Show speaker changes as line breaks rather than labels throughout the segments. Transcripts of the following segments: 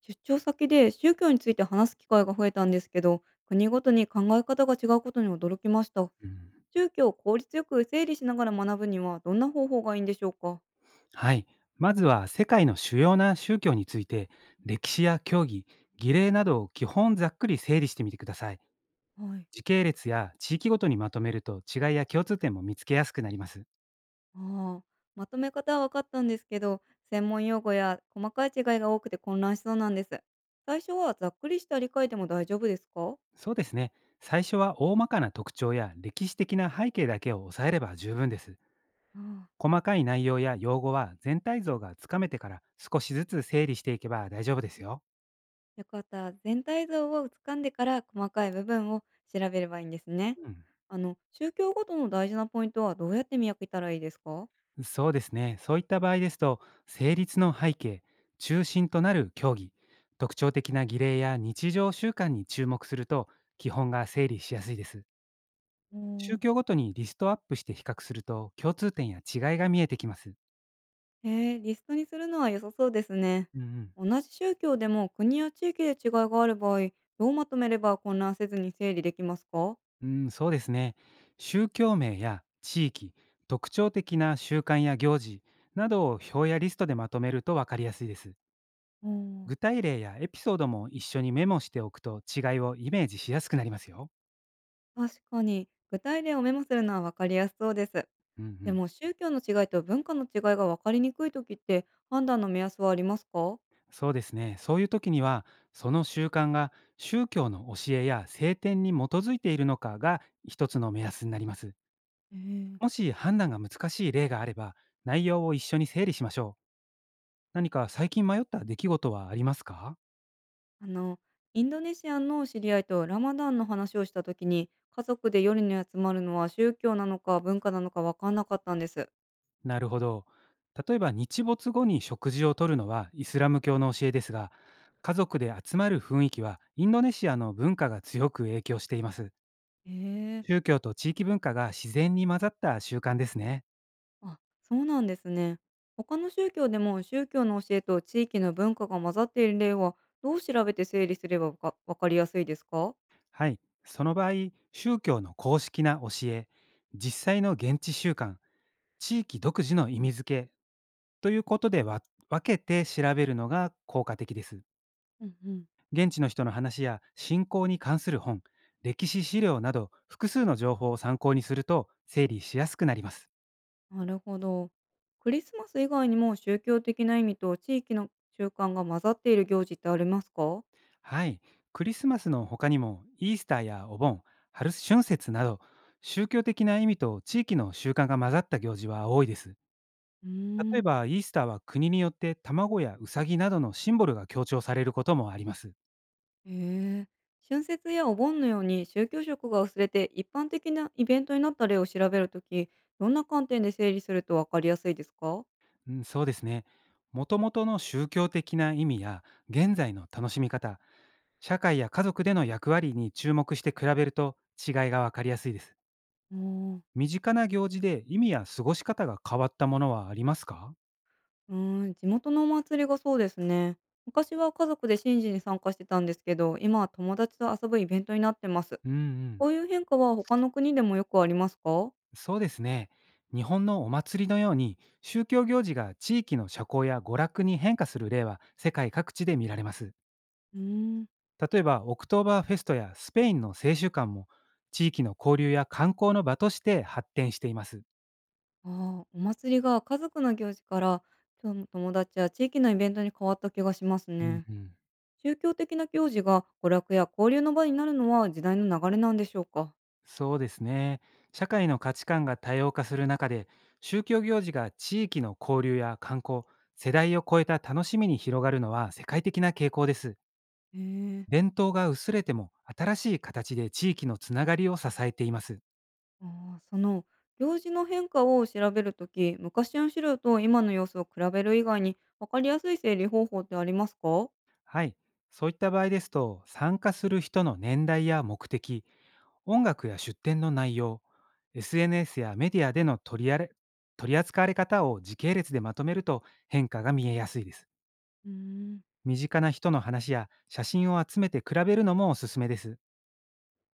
出張先で宗教について話す機会が増えたんですけど、国ごとに考え方が違うことに驚きました。
うん、
宗教を効率よく整理しながら学ぶにはどんな方法がいいんでしょうか？
はい。まずは世界の主要な宗教について、歴史や教義、儀礼などを基本ざっくり整理してみてください。
はい。
時系列や地域ごとにまとめると違いや共通点も見つけやすくなります。
ああ、まとめ方は分かったんですけど、専門用語や細かい違いが多くて混乱しそうなんです。最初はざっくりした理解でも大丈夫ですか？
そうですね。最初は大まかな特徴や歴史的な背景だけを抑えれば十分です。
ああ。
細かい内容や用語は全体像がつかめてから少しずつ整理していけば大丈夫ですよ。
よかった、全体像をつかんでから細かい部分を調べればいいんですね。
うん、
あの、宗教ごとの大事なポイントはどうやって見分けたらいいですか？
そうですね。そういった場合ですと、成立の背景、中心となる競技、特徴的な儀礼や日常習慣に注目すると、基本が整理しやすいです。
う
宗
ん。
教ごとにリストアップして比較すると、共通点や違いが見えてきます。
リストにするのは良さそうですね。
うんうん、
同じ宗教でも国や地域で違いがある場合、どうまとめれば混乱せずに整理できますか？
うん、そうですね。宗教名や地域、特徴的な習慣や行事などを表やリストでまとめると分かりやすいです。
うん、
具体例やエピソードも一緒にメモしておくと違いをイメージしやすくなりますよ。
確かに、具体例をメモするのは分かりやすそうです。
うんう
で
ん、
も宗教の違いと文化の違いが分かりにくい時って判断の目安はありますか？
そうですね。そういう時には、その習慣が宗教の教えや聖典に基づいているのかが一つの目安になります。
えー、
もし判断が難しい例があれば、内容を一緒に整理しましょう。何か最近迷った出来事はありますか？
あの、インドネシアの知り合いとラマダンの話をした時に、家族で夜に集まるのは宗教なのか文化なのか分かんなかったんです。
なるほど。例えば日没後に食事をとるのはイスラム教の教えですが、家族で集まる雰囲気はインドネシアの文化が強く影響しています。
えー、
宗教と地域文化が自然に混ざった習慣ですね。
あ、そうなんですね。他の宗教でも宗教の教えと地域の文化が混ざっている例はどう調べて整理すればわかりやすいですか？
はい。その場合、宗教の公式な教え、実際の現地習慣、地域独自の意味付けということで分けて調べるのが効果的です。
うんうん。
現地の人の話や信仰に関する本、歴史資料など複数の情報を参考にすると整理しやすくなります。
なるほど。クリスマス以外にも宗教的な意味と地域の習慣が混ざっている行事ってありますか？
はい。クリスマスの他にも、イースターやお盆、春節など、宗教的な意味と地域の習慣が混ざった行事は多いです。
うー
例
ん。
えば、イースターは国によって卵やウサギなどのシンボルが強調されることもあります。
へえ。春節やお盆のように宗教色が薄れて一般的なイベントになった例を調べるとき、どんな観点で整理するとわかりやすいですか？
うん、そうですね。もともとの宗教的な意味や現在の楽しみ方、社会や家族での役割に注目して比べると違いがわかりやすいです。
おー。
身近な行事で意味や過ごし方が変わったものはありますか？
うーん、地元のお祭りがそうですね。昔は家族で神事に参加してたんですけど、今は友達と遊ぶイベントになってます。
うんう
こ
ん、
ういう変化は他の国でもよくありますか？
そうですね。日本のお祭りのように宗教行事が地域の社交や娯楽に変化する例は世界各地で見られます。
うーん。
例えば、オクトーバーフェストやスペインの青春館も、地域の交流や観光の場として発展しています。
ああ、お祭りが家族の行事から今日の友達や地域のイベントに変わった気がします
うん
ね。
うん、
宗教的な行事が娯楽や交流の場になるのは時代の流れなんでしょうか？
そうですね。社会の価値観が多様化する中で、宗教行事が地域の交流や観光、世代を超えた楽しみに広がるのは世界的な傾向です。
へえ。
伝統が薄れても、新しい形で地域のつながりを支えています。
あー、その、行事の変化を調べるとき、昔の資料と今の様子を比べる以外に分かりやすい整理方法ってありますか？
はい。そういった場合ですと、参加する人の年代や目的、音楽や出展の内容、SNS やメディアでの取り扱われ方を時系列でまとめると変化が見えやすいです。
うーん、
身近な人の話や写真を集めて比べるのもおすすめです。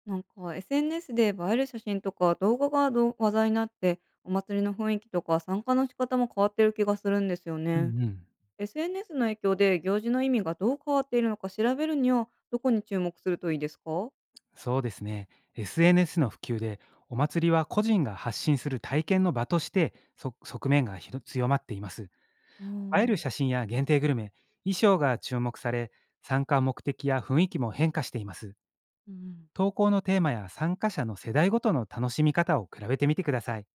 なんか SNS で映える写真とか動画が話題になってお祭りの雰囲気とか参加の仕方も変わってる気がするんですよ
う
ね。
んうん。
SNS の影響で行事の意味がどう変わっているのか調べるにはどこに注目するといいですか？
そうですね。SNS の普及で、お祭りは個人が発信する体験の場として、側面が強まっています。
あ
映える
ー。
写真や限定グルメ、衣装が注目され、参加目的や雰囲気も変化しています。
うん。
投稿のテーマや参加者の世代ごとの楽しみ方を比べてみてください。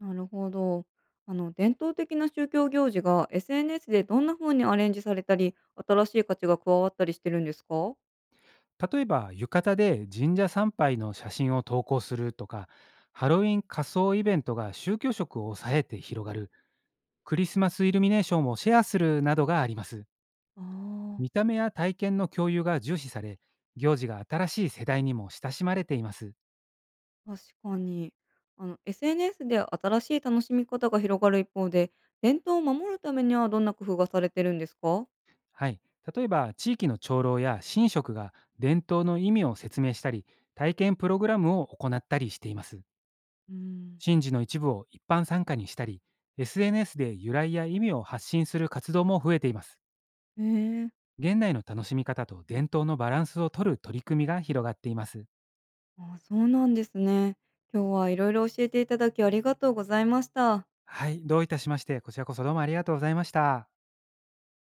なるほど。あの、伝統的な宗教行事が SNS でどんな風にアレンジされたり、新しい価値が加わったりしてるんですか？
例えば、浴衣で神社参拝の写真を投稿するとか、ハロウィン仮装イベントが宗教色を抑えて広がる、クリスマスイルミネーションをシェアするなどがあります。
ああ、
見た目や体験の共有が重視され、行事が新しい世代にも親しまれています。
確かに。あの、 SNS で新しい楽しみ方が広がる一方で、伝統を守るためにはどんな工夫がされてるんですか？
はい。例えば、地域の長老や神職が伝統の意味を説明したり、体験プログラムを行ったりしています。
うん。
神事の一部を一般参加にしたり、SNS で由来や意味を発信する活動も増えています。
へえ。
現代の楽しみ方と伝統のバランスを取る取り組みが広がっています。
あ、そうなんですね。今日はいろいろ教えていただきありがとうございました。
はい。どういたしまして、こちらこそどうもありがとうございました。